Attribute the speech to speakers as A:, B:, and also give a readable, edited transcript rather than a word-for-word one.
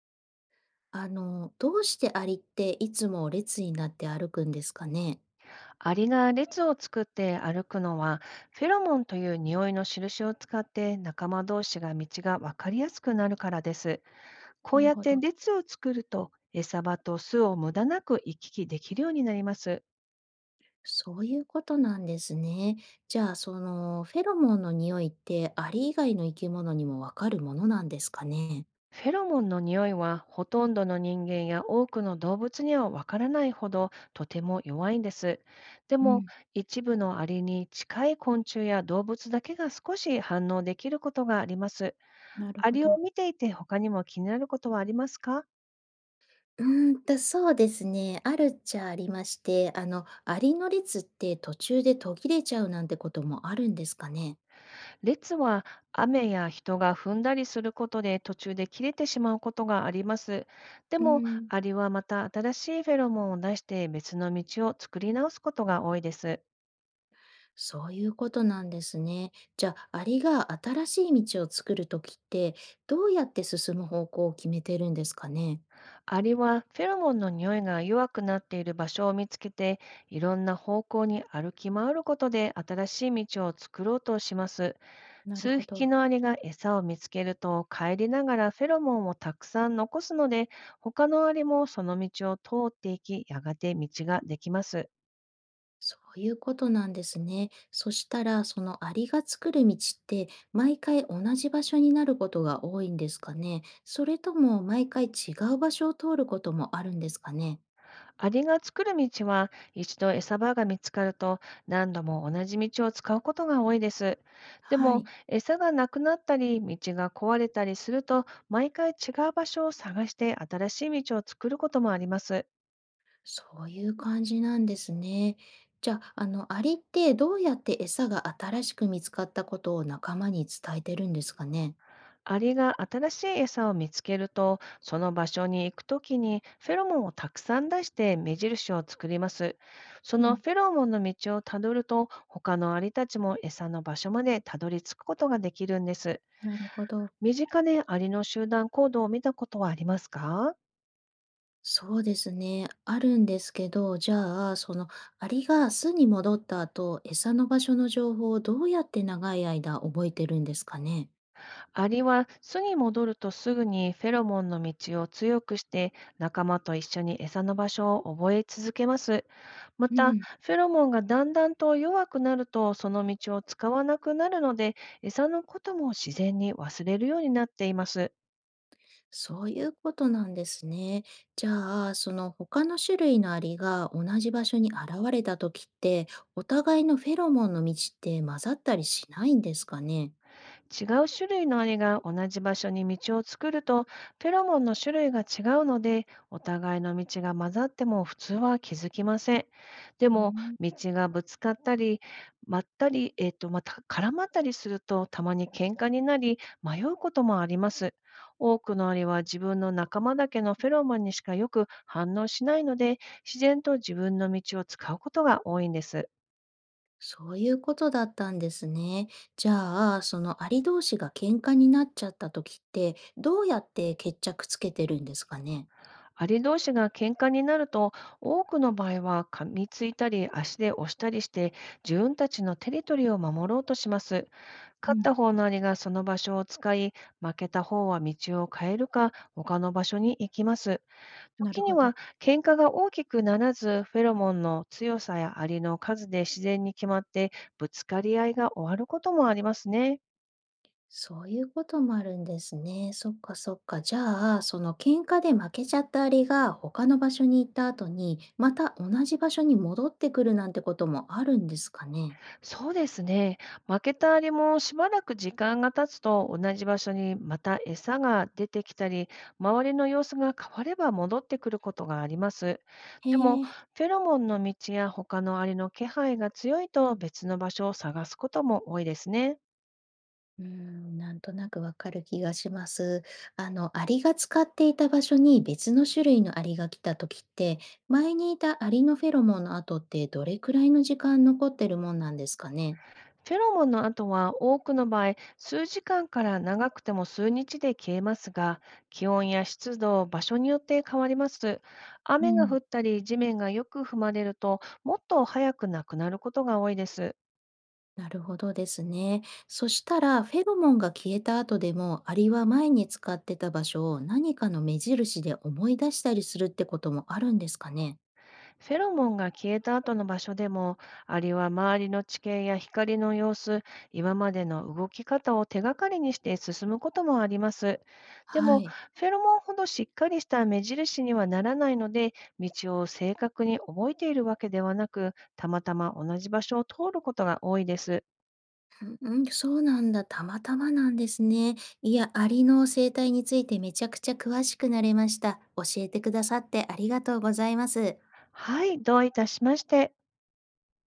A: どうしてアリっていつも列になって歩くんですかね。
B: アリが列を作って歩くのは、フェロモンという匂いの印を使って仲間同士が道が分かりやすくなるからです。こう
A: なる
B: やっ
A: ほ
B: て
A: ど。
B: 列を作ると、餌場と巣を無駄なく行き来できるようになります。
A: そういうことなんですね。じゃあ、そのフェロモンの匂いってアリ以外の生き物にもわかるものなんですかね。
B: フェロモンの匂いは、ほとんどの人間や多くの動物には分からないほどとても弱いんです。で
A: う
B: も、
A: ん、
B: 一部のアリに近い昆虫や動物だけが少し反応できることがあります。
A: なる
B: ア
A: ほ
B: リを
A: ど。
B: 見ていて他にも気になることはありますか？
A: うそうですね。あるっちゃありまして、アリの列って途中で途切れちゃうなんてこともあるんですかね。
B: 列は雨や人が踏んだりすることで途中で切れてしまうことがあります。で
A: う
B: も、
A: ん。
B: アリはまた新しいフェロモンを出して別の道を作り直すことが多いです。
A: そういうことなんですね。じゃあ、アリが新しい道を作るときって、どうやって進む方向を決めてるんですかね。
B: アリはフェロモンの匂いが弱くなっている場所を見つけて、いろんな方向に歩き回ることで新しい道を作ろうとします。
A: なる
B: 数
A: ほ
B: 匹
A: ど。
B: のアリが餌を見つけると帰りながらフェロモンをたくさん残すので、他のアリもその道を通って、いきやがて道ができます。
A: そういうことなんですね。そしたら、そのアリが作る道って、毎回同じ場所になることが多いんですかね。それとも、毎回違う場所を通ることもあるんですかね。
B: アリが作る道は、一度餌場が見つかると何度も同じ道を使うことが多いです。で
A: は
B: も、
A: い。
B: 餌がなくなったり道が壊れたりすると、毎回違う場所を探して新しい道を作ることもあります。
A: そういう感じなんですね。じゃあ、アリってどうやって餌が新しく見つかったことを仲間に伝えてるんですかね。
B: アリが新しい餌を見つけると、その場所に行くときにフェロモンをたくさん出して目印を作ります。そ
A: う
B: の
A: ん、
B: フェロモンの道をたどると、他のアリたちも餌の場所までたどり着くことができるんです。
A: なるほど。
B: 身近でアリの集団行動を見たことはありますか？
A: そうですね。あるんですけど、じゃあ、そのアリが巣に戻った後、餌の場所の情報をどうやって長い間覚えてるんですかね。
B: アリは巣に戻るとすぐにフェロモンの道を強くして、仲間と一緒に餌の場所を覚え続けます。ま
A: う
B: た、
A: ん。
B: フェロモンがだんだんと弱くなると、その道を使わなくなるので、餌のことも自然に忘れるようになっています。
A: そういうことなんですね。じゃあ、その他の種類のアリが同じ場所に現れた時って、お互いのフェロモンの道って混ざったりしないんですかね。
B: 違う種類のアリが同じ場所に道を作ると、フェロモンの種類が違うので、お互いの道が混ざっても普通は気づきません。で
A: う
B: も、
A: ん。
B: 道がぶつかったり、まったり、また絡まったりすると、たまに喧嘩になり、迷うこともあります。多くのアリは自分の仲間だけのフェロモンにしかよく反応しないので、自然と自分の道を使うことが多いんです。
A: そういうことだったんですね。じゃあ、そのアリ同士が喧嘩になっちゃった時って、どうやって決着つけてるんですかね。
B: アリ同士が喧嘩になると、多くの場合は噛みついたり足で押したりして、自分たちのテリトリーを守ろうとします。
A: う
B: 勝っ
A: ん、
B: た方のアリがその場所を使い、負けた方は道を変えるか、他の場所に行きます。
A: なる
B: 時に
A: ほど。
B: は、喧嘩が大きくならず、フェロモンの強さやアリの数で自然に決まって、ぶつかり合いが終わることもありますね。
A: そういうこともあるんですね。そっかそっか。じゃあ、その喧嘩で負けちゃったアリが他の場所に行った後に、また同じ場所に戻ってくるなんてこともあるんですかね。
B: そうですね。負けたアリもしばらく時間が経つと、同じ場所にまた餌が出てきたり、周りの様子が変われば戻ってくることがあります。
A: へ
B: でも、
A: え。
B: フェロモンの道や他のアリの気配が強いと、別の場所を探すことも多いですね。
A: うーん、なんとなくわかる気がします。アリが使っていた場所に別の種類のアリが来た時って、前にいたアリのフェロモンの後ってどれくらいの時間残ってるもんなんですかね。
B: フェロモンの後は、多くの場合、数時間から長くても数日で消えますが、気温や湿度、場所によって変わります。
A: う
B: 雨が降っ
A: ん。
B: たり、地面がよく踏まれると、もっと早くなくなることが多いです。
A: なるほどですね。そしたら、フェロモンが消えた後でも、アリは前に使ってた場所を何かの目印で思い出したりするってこともあるんですかね。
B: フェロモンが消えた後の場所でも、アリは周りの地形や光の様子、今までの動き方を手がかりにして進むこともあります。で
A: は
B: も、
A: い。
B: フェロモンほどしっかりした目印にはならないので、道を正確に覚えているわけではなく、たまたま同じ場所を通ることが多いです。
A: うん、そうなんだ。たまたまなんですね。いや、アリの生態についてめちゃくちゃ詳しくなれました。教えてくださってありがとうございます。
B: はい、どういたしまして。